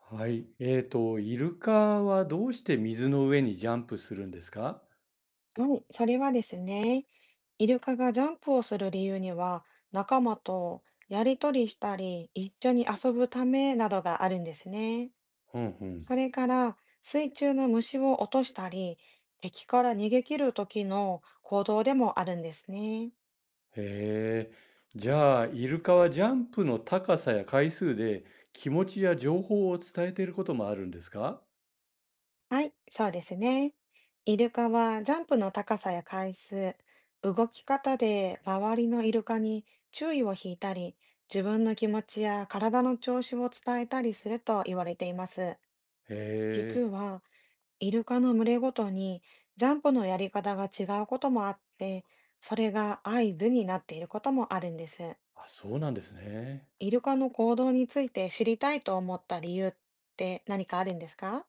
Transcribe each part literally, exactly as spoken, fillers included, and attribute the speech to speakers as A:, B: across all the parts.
A: はい。えっと、イルカはどうして水の上にジャンプするんですか？
B: はい、それはですね、イルカがジャンプをする理由には、仲間とやりとりしたり、一緒に遊ぶためなどがあるんですね。
A: ふんふん。
B: それから、水中の虫を落としたり、敵から逃げ切る時の行動でもあるんですね。
A: へえ。じゃあ、イルカはジャンプの高さや回数で気持ちや情報を伝えていることもあるんですか？
B: はい、そうですね。イルカはジャンプの高さや回数、動き方で周りのイルカに注意を引いたり、自分の気持ちや体の調子を伝えたりすると言われています。
A: へ
B: 実
A: え。
B: は、イルカの群れごとにジャンプのやり方が違うこともあって、それが合図になっていることもあるんです。
A: あ、そうなんですね。
B: イルカの行動について知りたいと思った理由って何かあるんですか？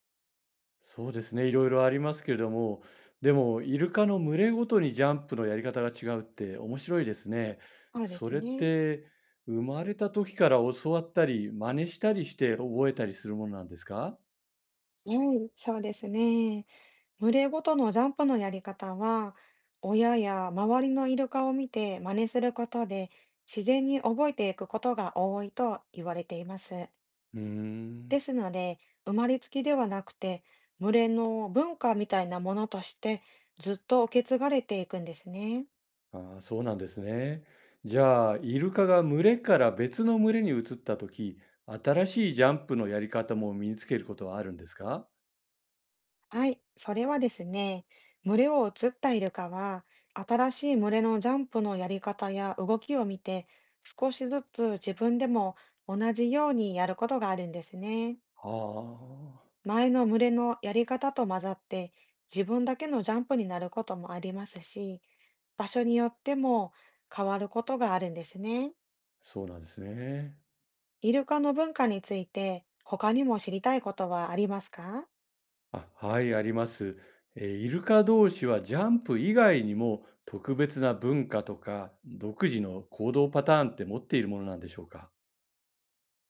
A: そうですね、いろいろありますけれども、でも、イルカの群れごとにジャンプのやり方が違うって面白いですね。
B: そうで
A: そ
B: す
A: れっ
B: ね。
A: て、生まれた時から教わったり、真似したりして覚えたりするものなんですか？
B: はい、そうですね。群れごとのジャンプのやり方は、親や周りのイルカを見て真似することで、自然に覚えていくことが多いと言われています。
A: うー
B: で
A: ん。
B: すので、生まれつきではなくて、群れの文化みたいなものとして、ずっと受け継がれていくんですね。
A: あー、そうなんですね。じゃあ、イルカが群れから別の群れに移った時、新しいジャンプのやり方も身につけることはあるんですか？
B: はい、それはですね、群れを移ったイルカは、新しい群れのジャンプのやり方や動きを見て、少しずつ自分でも同じようにやることがあるんですね。
A: ああー。
B: 前の群れのやり方と混ざって自分だけのジャンプになることもありますし、場所によっても変わることがあるんですね。
A: そうなんですね。
B: イルカの文化について他にも知りたいことはありますか？
A: あ、はい、あります。えーイルカ同士はジャンプ以外にも特別な文化とか独自の行動パターンって持っているものなんでしょうか？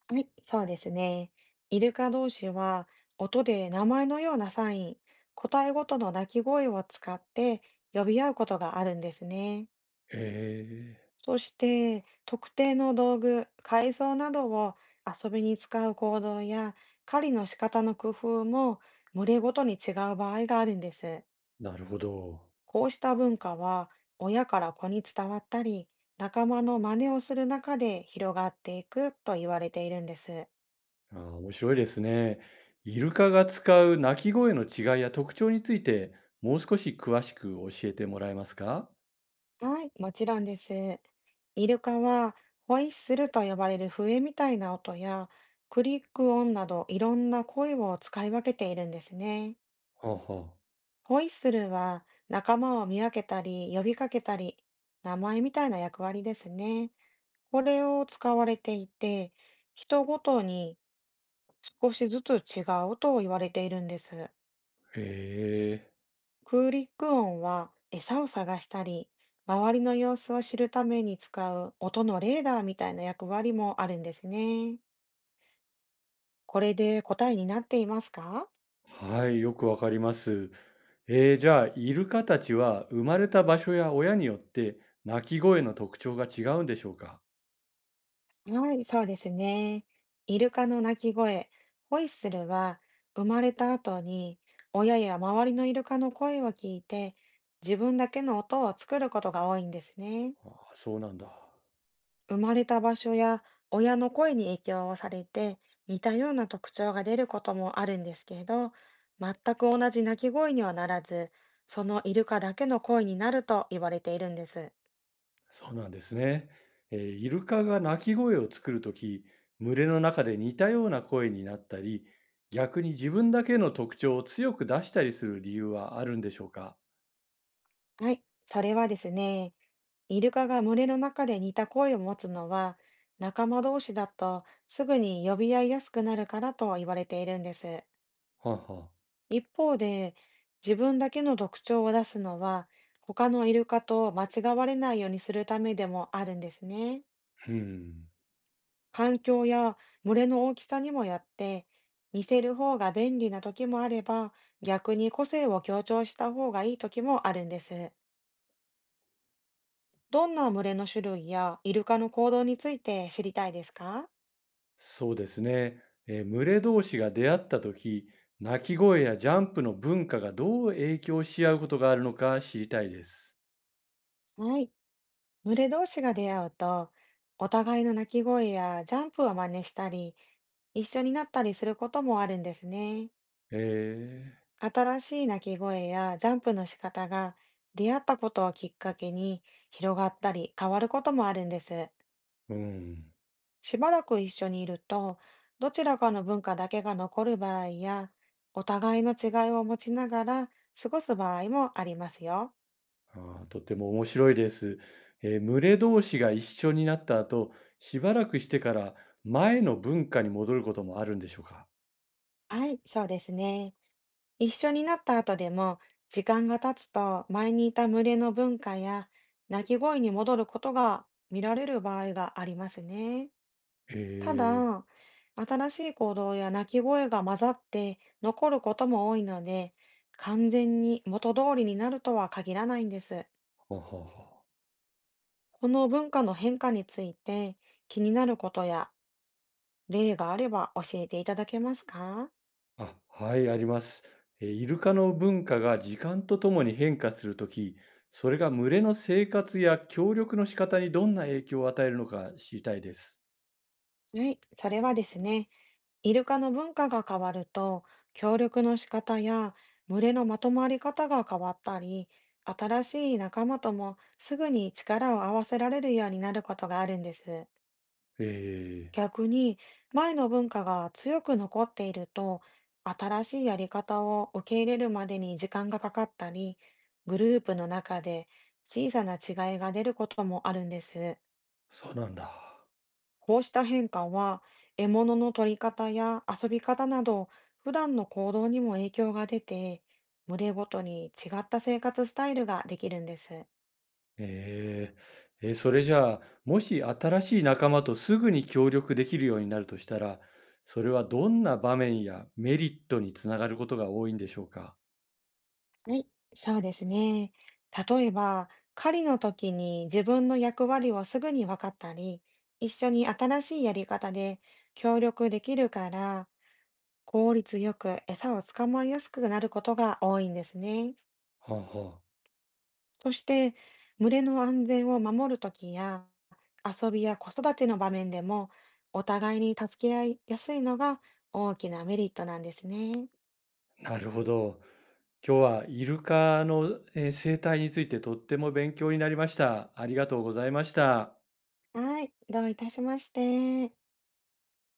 B: はい。そうですね。イルカ同士は音で名前のようなサイン、個体ごとの鳴き声を使って呼び合うことがあるんですね。
A: へえ、
B: そして、特定の道具、改造などを遊びに使う行動や、狩りの仕方の工夫も群れごとに違う場合があるんです。
A: なるほど。
B: こうした文化は、親から子に伝わったり、仲間の真似をする中で広がっていくと言われているんです。
A: あー、面白いですね。イルカが使う鳴き声の違いや特徴についてもう少し詳しく教えてもらえますか？は
B: はい、もちろんです。イルカは、ホイッスルと呼ばれる笛みたいな音や、クリック音などいろんな声を使い分けているんですね。
A: あはあ。
B: ホイッスルは仲間を見分けたり、呼びかけたり、名前みたいな役割ですね。これを使われていて、人ごとに少しずつ違うと言われているんです。
A: へえ。
B: 空陸音は餌を探したり、周りの様子を知るために使う音のレーダーみたいな役割もあるんですね。これで答えになっていますか？
A: はい、よくわかります。えー、じゃあ、イルカたちは生まれた場所や親によって鳴き声の特徴が違うんでしょうか？
B: はい、そうですね。イルカの鳴き声、ホイッスルは生まれた後に親や周りのイルカの声を聞いて自分だけの音を作ることが多いんですね。
A: ああ、そうなんだ。
B: 生まれた場所や親の声に影響をされて似たような特徴が出ることもあるんですけれど、全く同じ鳴き声にはならず、そのイルカだけの声になると言われているんです。
A: そうなんですね。えーイルカが鳴き声を作るとき、群れの中で似たような声になったり、逆に自分だけの特徴を強く出したりする理由はあるんでしょうか？
B: はい、それはですね、イルカが群れの中で似た声を持つのは、仲間同士だとすぐに呼び合いやすくなるからと言われているんです。
A: はあはあ。
B: 一方で、自分だけの特徴を出すのは、他のイルカと間違われないようにするためでもあるんですね。
A: うん。
B: 環境や群れの大きさにもよって、似せる方が便利な時もあれば、逆に個性を強調した方がいい時もあるんです。どんな群れの種類やイルカの行動について知りたいですか？
A: そうですね。えー群れ同士が出会った時、鳴き声やジャンプの文化がどう影響し合うことがあるのか知りたいです。
B: はい。群れ同士が出会うと、お互いの鳴き声やジャンプを真似したり、一緒になったりすることもあるんですね。
A: え
B: 新しい鳴き声やジャンプの仕方が出会ったことをきっかけに広がったり変わることもあるんです。
A: ー、うん。
B: しばらく一緒にいると、どちらかの文化だけが残る場合や、お互いの違いを持ちながら過ごす場合もありますよ。
A: あー、とても面白いです。えー群れ同士が一緒になった後、しばらくしてから前の文化に戻ることもあるんでしょうか？
B: はい、そうですね。一緒になった後でも、時間が経つと前にいた群れの文化や鳴き声に戻ることが見られる場合がありますね。た
A: え
B: だ、新しい行動や鳴き声が混ざって残ることも多いので、完全に元通りになるとは限らないんです。
A: ー、ははは
B: この文化の変化について気になることや例があれば教えていただけますか？
A: あ、はい、あります。えーイルカの文化が時間とともに変化するとき、それが群れの生活や協力の仕方にどんな影響を与えるのか知りたいです。
B: はい、それはですね。イルカの文化が変わると、協力の仕方や群れのまとまり方が変わったり、新しい仲間ともすぐに力を合わせられるようになることがあるんです。
A: えー、
B: 逆に、前の文化が強く残っていると、新しいやり方を受け入れるまでに時間がかかったり、グループの中で小さな違いが出ることもあるんです。
A: そうなんだ。
B: こうした変化は、獲物の取り方や遊び方など普段の行動にも影響が出て、群れごとに違った生活スタイルができるんです。
A: えー、えーそれじゃあ、もし新しい仲間とすぐに協力できるようになるとしたら、それはどんな場面やメリットにつながることが多いんでしょうか。
B: はい。そうですね。例えば、狩りの時に自分の役割をすぐに分かったり、一緒に新しいやり方で協力できるから、効率よく餌を捕まえやすくなることが多いんですね。
A: はあは
B: そして、群れの安全を守るときや、遊びや子育ての場面でも、お互いに助け合いやすいのが大きなメリットなんですね。
A: あ、なるほど。今日はイルカの、え、生態についてとっても勉強になりました。ありがとうございました。
B: はい、どういたしまして。